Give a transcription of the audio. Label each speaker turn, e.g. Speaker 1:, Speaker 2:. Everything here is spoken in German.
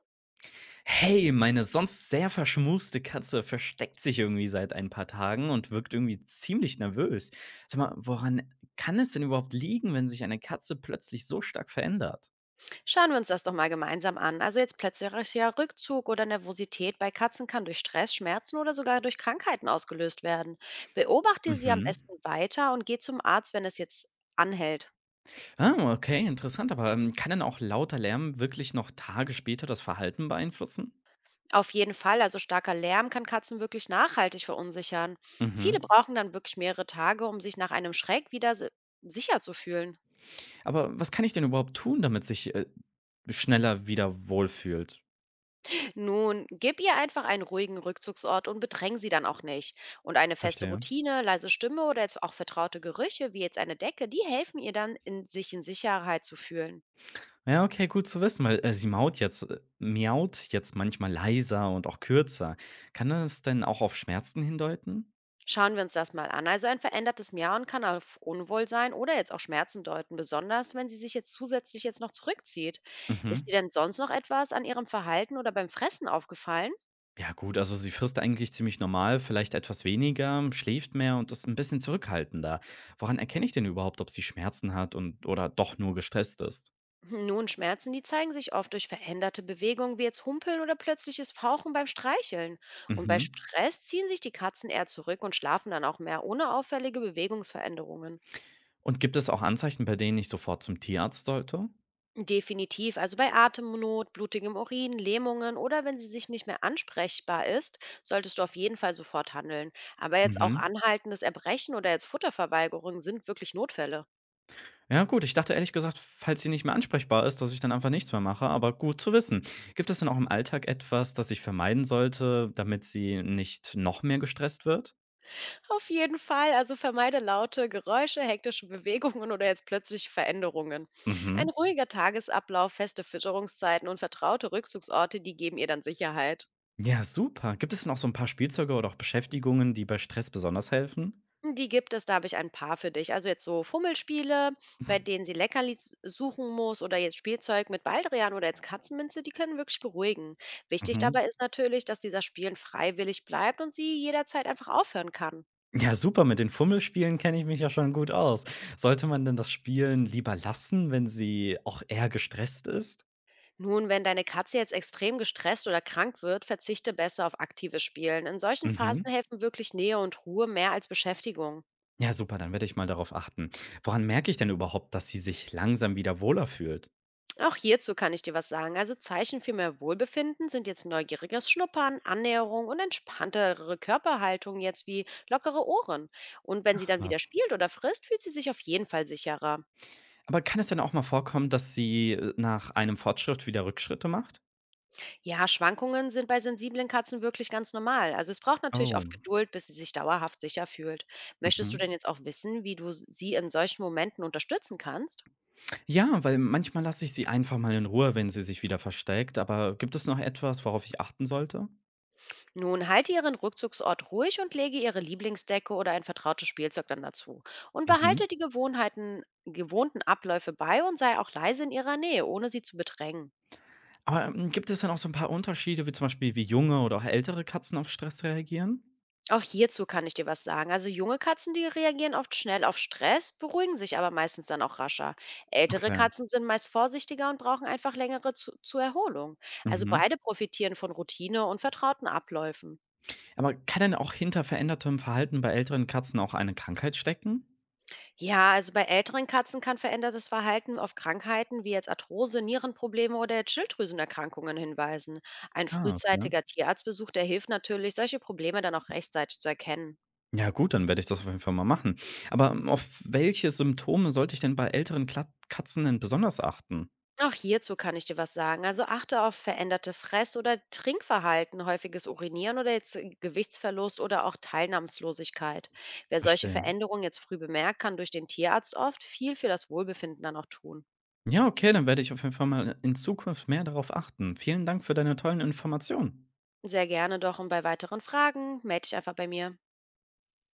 Speaker 1: Hey, meine sonst sehr verschmuste Katze versteckt sich irgendwie seit ein paar Tagen und wirkt irgendwie ziemlich nervös. Sag mal, woran kann es denn überhaupt liegen, wenn sich eine Katze plötzlich so stark verändert?
Speaker 2: Schauen wir uns das doch mal gemeinsam an. Also jetzt plötzlicher Rückzug oder Nervosität bei Katzen kann durch Stress, Schmerzen oder sogar durch Krankheiten ausgelöst werden. Beobachte sie am
Speaker 1: Mhm.
Speaker 2: besten weiter und geh zum Arzt, wenn es jetzt anhält.
Speaker 1: Ah, okay, interessant. Aber kann denn auch lauter Lärm wirklich noch Tage später das Verhalten beeinflussen?
Speaker 2: Auf jeden Fall, also starker Lärm kann Katzen wirklich nachhaltig verunsichern. Viele
Speaker 1: Mhm.
Speaker 2: brauchen dann wirklich mehrere Tage, um sich nach einem Schreck wieder sicher zu fühlen.
Speaker 1: Aber was kann ich denn überhaupt tun, damit sich schneller wieder wohlfühlt?
Speaker 2: Nun, gib ihr einfach einen ruhigen Rückzugsort und bedräng sie dann auch nicht. Und eine feste
Speaker 1: Verstehe.
Speaker 2: Routine, leise Stimme oder jetzt auch vertraute Gerüche, wie jetzt eine Decke, die helfen ihr dann, sich in Sicherheit zu fühlen.
Speaker 1: Ja, okay, gut zu wissen, weil, sie maut jetzt miaut jetzt manchmal leiser und auch kürzer. Kann das denn auch auf Schmerzen hindeuten?
Speaker 2: Schauen wir uns das mal an. Also ein verändertes Miauen kann auf Unwohlsein oder jetzt auch Schmerzen deuten, besonders wenn sie sich jetzt zusätzlich jetzt noch zurückzieht. Ist
Speaker 1: Mhm.
Speaker 2: dir denn sonst noch etwas an ihrem Verhalten oder beim Fressen aufgefallen?
Speaker 1: Ja gut, also sie frisst eigentlich ziemlich normal, vielleicht etwas weniger, schläft mehr und ist ein bisschen zurückhaltender. Woran erkenne ich denn überhaupt, ob sie Schmerzen hat und oder doch nur gestresst ist?
Speaker 2: Nun, Schmerzen, die zeigen sich oft durch veränderte Bewegungen, wie jetzt Humpeln oder plötzliches Fauchen beim Streicheln. Und bei
Speaker 1: Mhm.
Speaker 2: Stress ziehen sich die Katzen eher zurück und schlafen dann auch mehr ohne auffällige Bewegungsveränderungen.
Speaker 1: Und gibt es auch Anzeichen, bei denen ich sofort zum Tierarzt sollte?
Speaker 2: Definitiv, also bei Atemnot, blutigem Urin, Lähmungen oder wenn sie sich nicht mehr ansprechbar ist, solltest du auf jeden Fall sofort handeln. Aber jetzt auch
Speaker 1: Mhm.
Speaker 2: anhaltendes Erbrechen oder jetzt Futterverweigerung sind wirklich Notfälle.
Speaker 1: Ja gut, ich dachte ehrlich gesagt, falls sie nicht mehr ansprechbar ist, dass ich dann einfach nichts mehr mache, aber gut zu wissen. Gibt es denn auch im Alltag etwas, das ich vermeiden sollte, damit sie nicht noch mehr gestresst wird?
Speaker 2: Auf jeden Fall, also vermeide laute Geräusche, hektische Bewegungen oder jetzt plötzliche Veränderungen.
Speaker 1: Mhm.
Speaker 2: Ein ruhiger Tagesablauf, feste Fütterungszeiten und vertraute Rückzugsorte, die geben ihr dann Sicherheit.
Speaker 1: Ja, super. Gibt es denn auch so ein paar Spielzeuge oder auch Beschäftigungen, die bei Stress besonders helfen?
Speaker 2: Die gibt es, da habe ich ein paar für dich. Also jetzt so Fummelspiele, bei denen sie suchen muss oder jetzt Spielzeug mit Baldrian oder jetzt Katzenminze, die können wirklich beruhigen. Wichtig
Speaker 1: Mhm.
Speaker 2: dabei ist natürlich, dass dieser Spielen freiwillig bleibt und sie jederzeit einfach aufhören kann.
Speaker 1: Ja, super, mit den Fummelspielen kenne ich mich ja schon gut aus. Sollte man denn das Spielen lieber lassen, wenn sie auch eher gestresst ist?
Speaker 2: Nun, wenn deine Katze jetzt extrem gestresst oder krank wird, verzichte besser auf aktives Spielen. In solchen Phasen
Speaker 1: Mhm.
Speaker 2: helfen wirklich Nähe und Ruhe mehr als Beschäftigung.
Speaker 1: Ja, super, dann werde ich mal darauf achten. Woran merke ich denn überhaupt, dass sie sich langsam wieder wohler fühlt?
Speaker 2: Auch hierzu kann ich dir was sagen. Also Zeichen für mehr Wohlbefinden sind jetzt neugieriges Schnuppern, Annäherung und entspanntere Körperhaltung jetzt wie lockere Ohren. Und wenn sie
Speaker 1: Ach
Speaker 2: dann
Speaker 1: was.
Speaker 2: wieder spielt oder frisst, fühlt sie sich auf jeden Fall sicherer.
Speaker 1: Aber kann es denn auch mal vorkommen, dass sie, nach einem Fortschritt wieder Rückschritte macht?
Speaker 2: Ja, Schwankungen sind bei sensiblen Katzen wirklich ganz normal. Also es braucht natürlich
Speaker 1: Oh,
Speaker 2: oft Geduld, bis sie sich dauerhaft sicher fühlt. Möchtest du
Speaker 1: mhm.
Speaker 2: denn jetzt auch wissen, wie du sie in solchen Momenten unterstützen kannst?
Speaker 1: Ja, weil manchmal lasse ich sie einfach mal in Ruhe, wenn sie sich wieder versteckt, aber gibt es noch etwas, worauf ich achten sollte?
Speaker 2: Nun, halte ihren Rückzugsort ruhig und lege ihre Lieblingsdecke oder ein vertrautes Spielzeug dann dazu. Und
Speaker 1: Mhm.
Speaker 2: behalte die gewohnten Abläufe bei und sei auch leise in ihrer Nähe, ohne sie zu bedrängen.
Speaker 1: Aber, gibt es dann auch so ein paar Unterschiede, wie zum Beispiel, wie junge oder auch ältere Katzen auf Stress reagieren?
Speaker 2: Auch hierzu kann ich dir was sagen. Also junge Katzen, die reagieren oft schnell auf Stress, beruhigen sich aber meistens dann auch rascher. Ältere
Speaker 1: Okay,
Speaker 2: Katzen sind meist vorsichtiger und brauchen einfach zur Erholung. Also
Speaker 1: mhm.
Speaker 2: beide profitieren von Routine und vertrauten Abläufen.
Speaker 1: Aber kann denn auch hinter verändertem Verhalten bei älteren Katzen auch eine Krankheit stecken?
Speaker 2: Ja, also bei älteren Katzen kann verändertes Verhalten auf Krankheiten wie jetzt Arthrose, Nierenprobleme oder jetzt Schilddrüsenerkrankungen hinweisen. Ein
Speaker 1: Ah, okay.
Speaker 2: frühzeitiger Tierarztbesuch, der hilft natürlich, solche Probleme dann auch rechtzeitig zu erkennen.
Speaker 1: Ja gut, dann werde ich das auf jeden Fall mal machen. Aber auf welche Symptome sollte ich denn bei älteren Klat Katzen denn besonders achten?
Speaker 2: Auch hierzu kann ich dir was sagen. Also achte auf veränderte Fress- oder Trinkverhalten, häufiges Urinieren oder jetzt Gewichtsverlust oder auch Teilnahmslosigkeit. Wer solche
Speaker 1: Verstehe.
Speaker 2: Veränderungen jetzt früh bemerkt, kann durch den Tierarzt oft viel für das Wohlbefinden dann auch tun.
Speaker 1: Ja, okay, dann werde ich auf jeden Fall mal in Zukunft mehr darauf achten. Vielen Dank für deine tollen Informationen.
Speaker 2: Sehr gerne doch und bei weiteren Fragen melde dich einfach bei mir.